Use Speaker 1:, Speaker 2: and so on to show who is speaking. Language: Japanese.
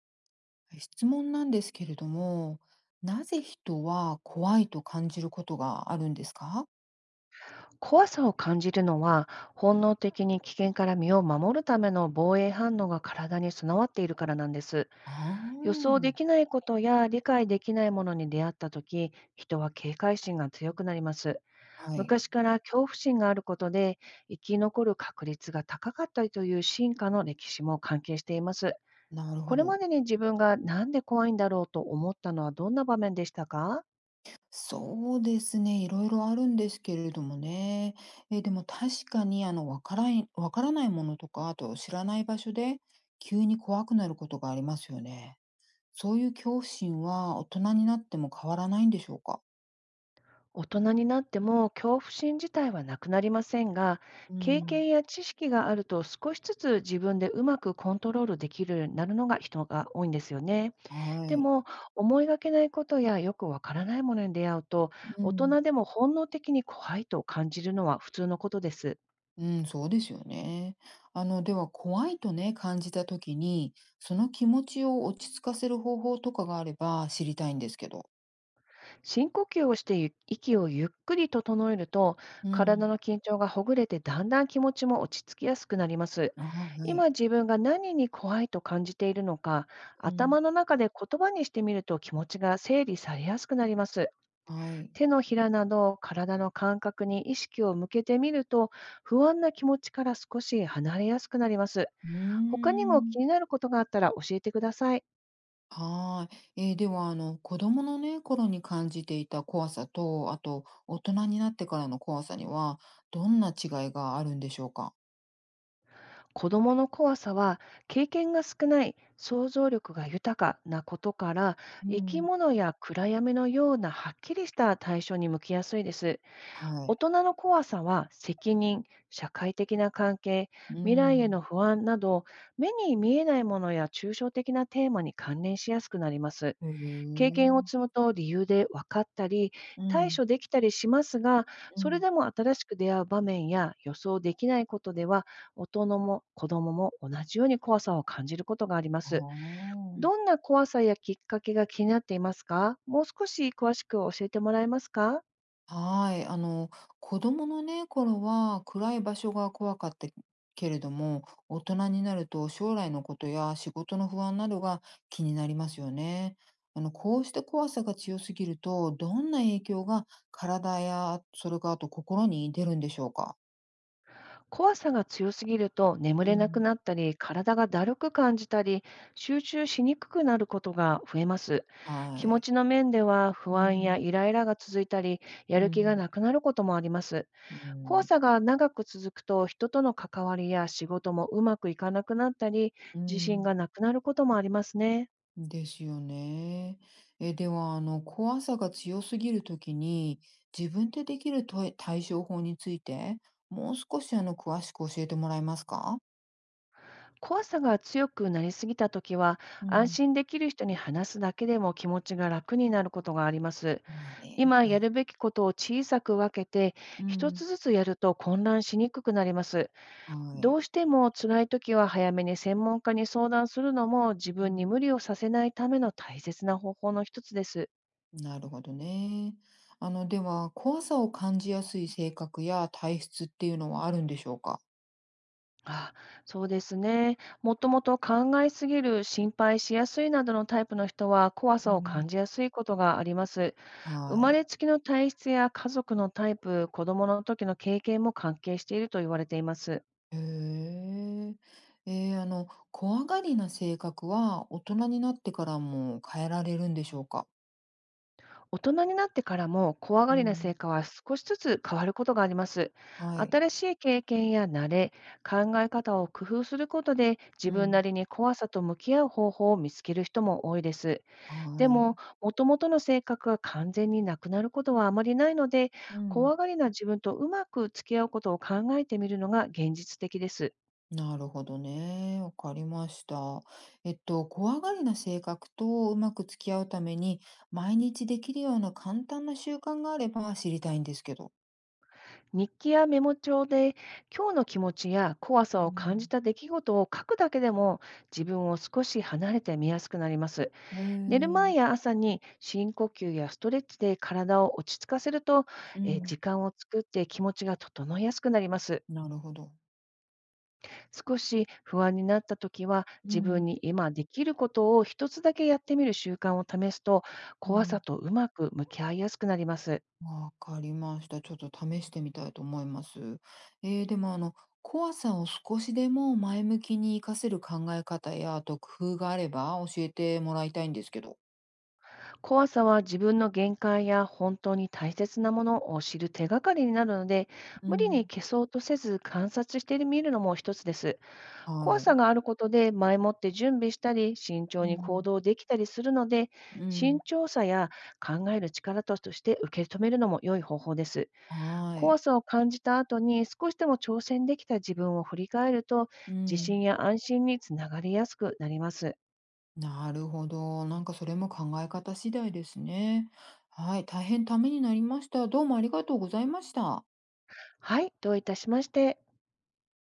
Speaker 1: 質問なんですけれども、なぜ人は怖いと感じることがあるんですか？
Speaker 2: 怖さを感じるのは、本能的に危険から身を守るための防衛反応が体に備わっているからなんです。
Speaker 1: あ
Speaker 2: 予想で
Speaker 1: あ。
Speaker 2: きないことや理解できないものに出会ったとき、人は警戒心が強くなります。
Speaker 1: はい、
Speaker 2: 昔から恐怖心があることで、生き残る確率が高かったりという進化の歴史も関係しています。
Speaker 1: なるほ
Speaker 2: これま
Speaker 1: ど。
Speaker 2: でに自分がなんで怖いんだろうと思ったのはどんな場面でしたか？
Speaker 1: そうですね、いろいろあるんですけれどもね。でも確かにわからないわからないものとか、あと知らない場所で急に怖くなることがありますよね。そういう恐怖心は大人になっても変わらないんでしょうか？
Speaker 2: 大人になっても恐怖心自体はなくなりませんが、
Speaker 1: う
Speaker 2: 経
Speaker 1: ん。
Speaker 2: 験や知識があると少しずつ自分でうまくコントロールできるようになるのが人が多いんですよね。
Speaker 1: は
Speaker 2: で
Speaker 1: い。
Speaker 2: も、思いがけないことやよくわからないものに出会うと、
Speaker 1: う
Speaker 2: 大
Speaker 1: ん。
Speaker 2: 人でも本能的に怖いと感じるのは普通のことです。
Speaker 1: うん、そうですよね。では怖いとね、感じた時に、その気持ちを落ち着かせる方法とかがあれば知りたいんですけど。
Speaker 2: 深呼吸をして息をゆっくり整えると、
Speaker 1: う
Speaker 2: 体
Speaker 1: ん。
Speaker 2: の緊張がほぐれてだんだん気持ちも落ち着きやすくなります。
Speaker 1: ああ、は
Speaker 2: 今
Speaker 1: い。
Speaker 2: 自分が何に怖いと感じているのか、
Speaker 1: うん。
Speaker 2: 頭の中で言葉にしてみると気持ちが整理されやすくなります。
Speaker 1: はい。
Speaker 2: 手のひらなど体の感覚に意識を向けてみると、不安な気持ちから少し離れやすくなります。
Speaker 1: うー
Speaker 2: 他にも気
Speaker 1: ん。
Speaker 2: になることがあったら教えてください。
Speaker 1: はーい。では、子供のね、頃に感じていた怖さと、あと、大人になってからの怖さには、どんな違いがあるんでしょうか。
Speaker 2: 子どもの怖さは、経験が少ない想像力が豊かなことから、
Speaker 1: う
Speaker 2: 生き
Speaker 1: ん。
Speaker 2: 物や暗闇のようなはっきりした対象に向きやすいです。
Speaker 1: は
Speaker 2: 大
Speaker 1: い。
Speaker 2: 人の怖さは、責任、社会的な関係、
Speaker 1: う
Speaker 2: 未来への
Speaker 1: ん。
Speaker 2: 不安など、目に見えないものや抽象的なテーマに関連しやすくなります。
Speaker 1: へ
Speaker 2: 経
Speaker 1: え。
Speaker 2: 験を積むと理由で分かったり、
Speaker 1: う
Speaker 2: 対
Speaker 1: ん。
Speaker 2: 処できたりしますが、
Speaker 1: う
Speaker 2: それ
Speaker 1: ん。
Speaker 2: でも新しく出会う場面や予想できないことでは、大人も子供も同じように怖さを感じることがありま
Speaker 1: あ
Speaker 2: す。
Speaker 1: あ。
Speaker 2: どんな怖さやきっかけが気になっていますか？もう少し詳しく教えてもらえますか？
Speaker 1: はい、子供のね、頃は暗い場所が怖かったけれども、大人になると将来のことや仕事の不安などが気になりますよね。こうした怖さが強すぎると、どんな影響が体や、それからあと心に出るんでしょうか。
Speaker 2: 怖さが強すぎると眠
Speaker 1: う
Speaker 2: れなく
Speaker 1: ん、
Speaker 2: なったり、体がだるく感じたり、集中しにくくなることが増えます。
Speaker 1: は
Speaker 2: 気持
Speaker 1: い。
Speaker 2: ちの面では
Speaker 1: う
Speaker 2: 不
Speaker 1: んう
Speaker 2: 安や
Speaker 1: ん。
Speaker 2: イライラが続いたり、や
Speaker 1: う
Speaker 2: る気が
Speaker 1: ん。
Speaker 2: なくなることもあります。怖さが長く続くと、人との関わりや仕事もうまくいかなくなったり、
Speaker 1: う
Speaker 2: 自信
Speaker 1: ん。
Speaker 2: がなくなることもありますね。
Speaker 1: ですよね。では、怖さが強すぎるときに、自分でできると対処法について、もう少し、詳しく教えてもらえますか？
Speaker 2: 怖さが強くなりすぎたときは、
Speaker 1: う
Speaker 2: 安
Speaker 1: ん。
Speaker 2: 心できる人に話すだけでも気持ちが楽になることがあります。
Speaker 1: まあね、
Speaker 2: 今
Speaker 1: は
Speaker 2: や
Speaker 1: い。
Speaker 2: るべきことを小さく分けて、
Speaker 1: う
Speaker 2: 一
Speaker 1: ん。
Speaker 2: つずつやると混乱しにくくなります。
Speaker 1: は
Speaker 2: ど
Speaker 1: い。
Speaker 2: うしても辛い時は、早めに専門家に相談するのも自
Speaker 1: う
Speaker 2: 分に
Speaker 1: ん。
Speaker 2: 無理をさせないための大切な方法の一つです。
Speaker 1: なるほどね。では、怖さを感じやすい性格や体質っていうのはあるんでしょうか？
Speaker 2: あ、そうですね。もともと考えすぎる、心配しやすいなどのタイプの人は、怖
Speaker 1: う
Speaker 2: さを感
Speaker 1: ん。
Speaker 2: じやすいことがあります。生
Speaker 1: は
Speaker 2: まれ
Speaker 1: い。
Speaker 2: つきの体質や家族のタイプ、子供の時の経験も関係していると言われています。
Speaker 1: へえ。怖がりな性格は大人になってからも変えられるんでしょうか？
Speaker 2: 大人になってからも、怖が
Speaker 1: う
Speaker 2: りな性
Speaker 1: ん、
Speaker 2: 格は少しずつ変わることがあります。
Speaker 1: はい。
Speaker 2: 新しい経験や慣れ、考え方を工夫することで、自
Speaker 1: う
Speaker 2: 分な
Speaker 1: ん。
Speaker 2: りに怖さと向き合う方法を見つける人も多いです。で
Speaker 1: は
Speaker 2: も、
Speaker 1: い。
Speaker 2: もともとの性格が完全になくなることはあまりないので、
Speaker 1: うん。
Speaker 2: 怖がりな自分とうまく付き合うことを考えてみるのが現実的です。
Speaker 1: なるほどね。わかりました。怖がりな性格とうまく付き合うために、毎日できるような簡単な習慣があれば知りたいんですけど。
Speaker 2: 日記やメモ帳で今日の気持ちや怖さ
Speaker 1: う
Speaker 2: を感じ
Speaker 1: ん。
Speaker 2: た出来事を書くだけでも、自分を少し離れて見やすくなります。
Speaker 1: へ
Speaker 2: 寝る前
Speaker 1: え。
Speaker 2: や朝に深呼吸やストレッチで体を落ち着かせると、
Speaker 1: うん。
Speaker 2: 時間を作って気持ちが整いやすくなります。
Speaker 1: なるほど。
Speaker 2: 少し不安になった時は、
Speaker 1: う
Speaker 2: 自分
Speaker 1: ん。
Speaker 2: に今できることを一つだけやってみる習慣を試すと、
Speaker 1: う
Speaker 2: 怖さ
Speaker 1: ん。
Speaker 2: とうまく向き合いやすくなります。
Speaker 1: わかりました。ちょっと試してみたいと思います。でも怖さを少しでも前向きに活かせる考え方や、あと工夫があれば教えてもらいたいんですけど。
Speaker 2: 怖さは自分の限界や本当に大切なものを知る手がかりになるので、
Speaker 1: う
Speaker 2: 無理に
Speaker 1: ん、
Speaker 2: 消そうとせず観察してみるのも一つです。怖
Speaker 1: は
Speaker 2: さ
Speaker 1: い。
Speaker 2: があることで前もって準備したり、慎
Speaker 1: う
Speaker 2: 重に行
Speaker 1: ん、
Speaker 2: 動できたりするので、
Speaker 1: う
Speaker 2: 慎
Speaker 1: ん、
Speaker 2: 重さや考える力として受け止めるのも良い方法です。
Speaker 1: はい。
Speaker 2: 怖さを感じた後に少しでも挑戦できた自分を振り返ると、
Speaker 1: う
Speaker 2: 自
Speaker 1: ん。
Speaker 2: 信や安心につながりやすくなります。
Speaker 1: なるほど。なんかそれも考え方次第ですね。はい。大変ためになりました。どうもありがとうございました。
Speaker 2: はい、どういたしまして。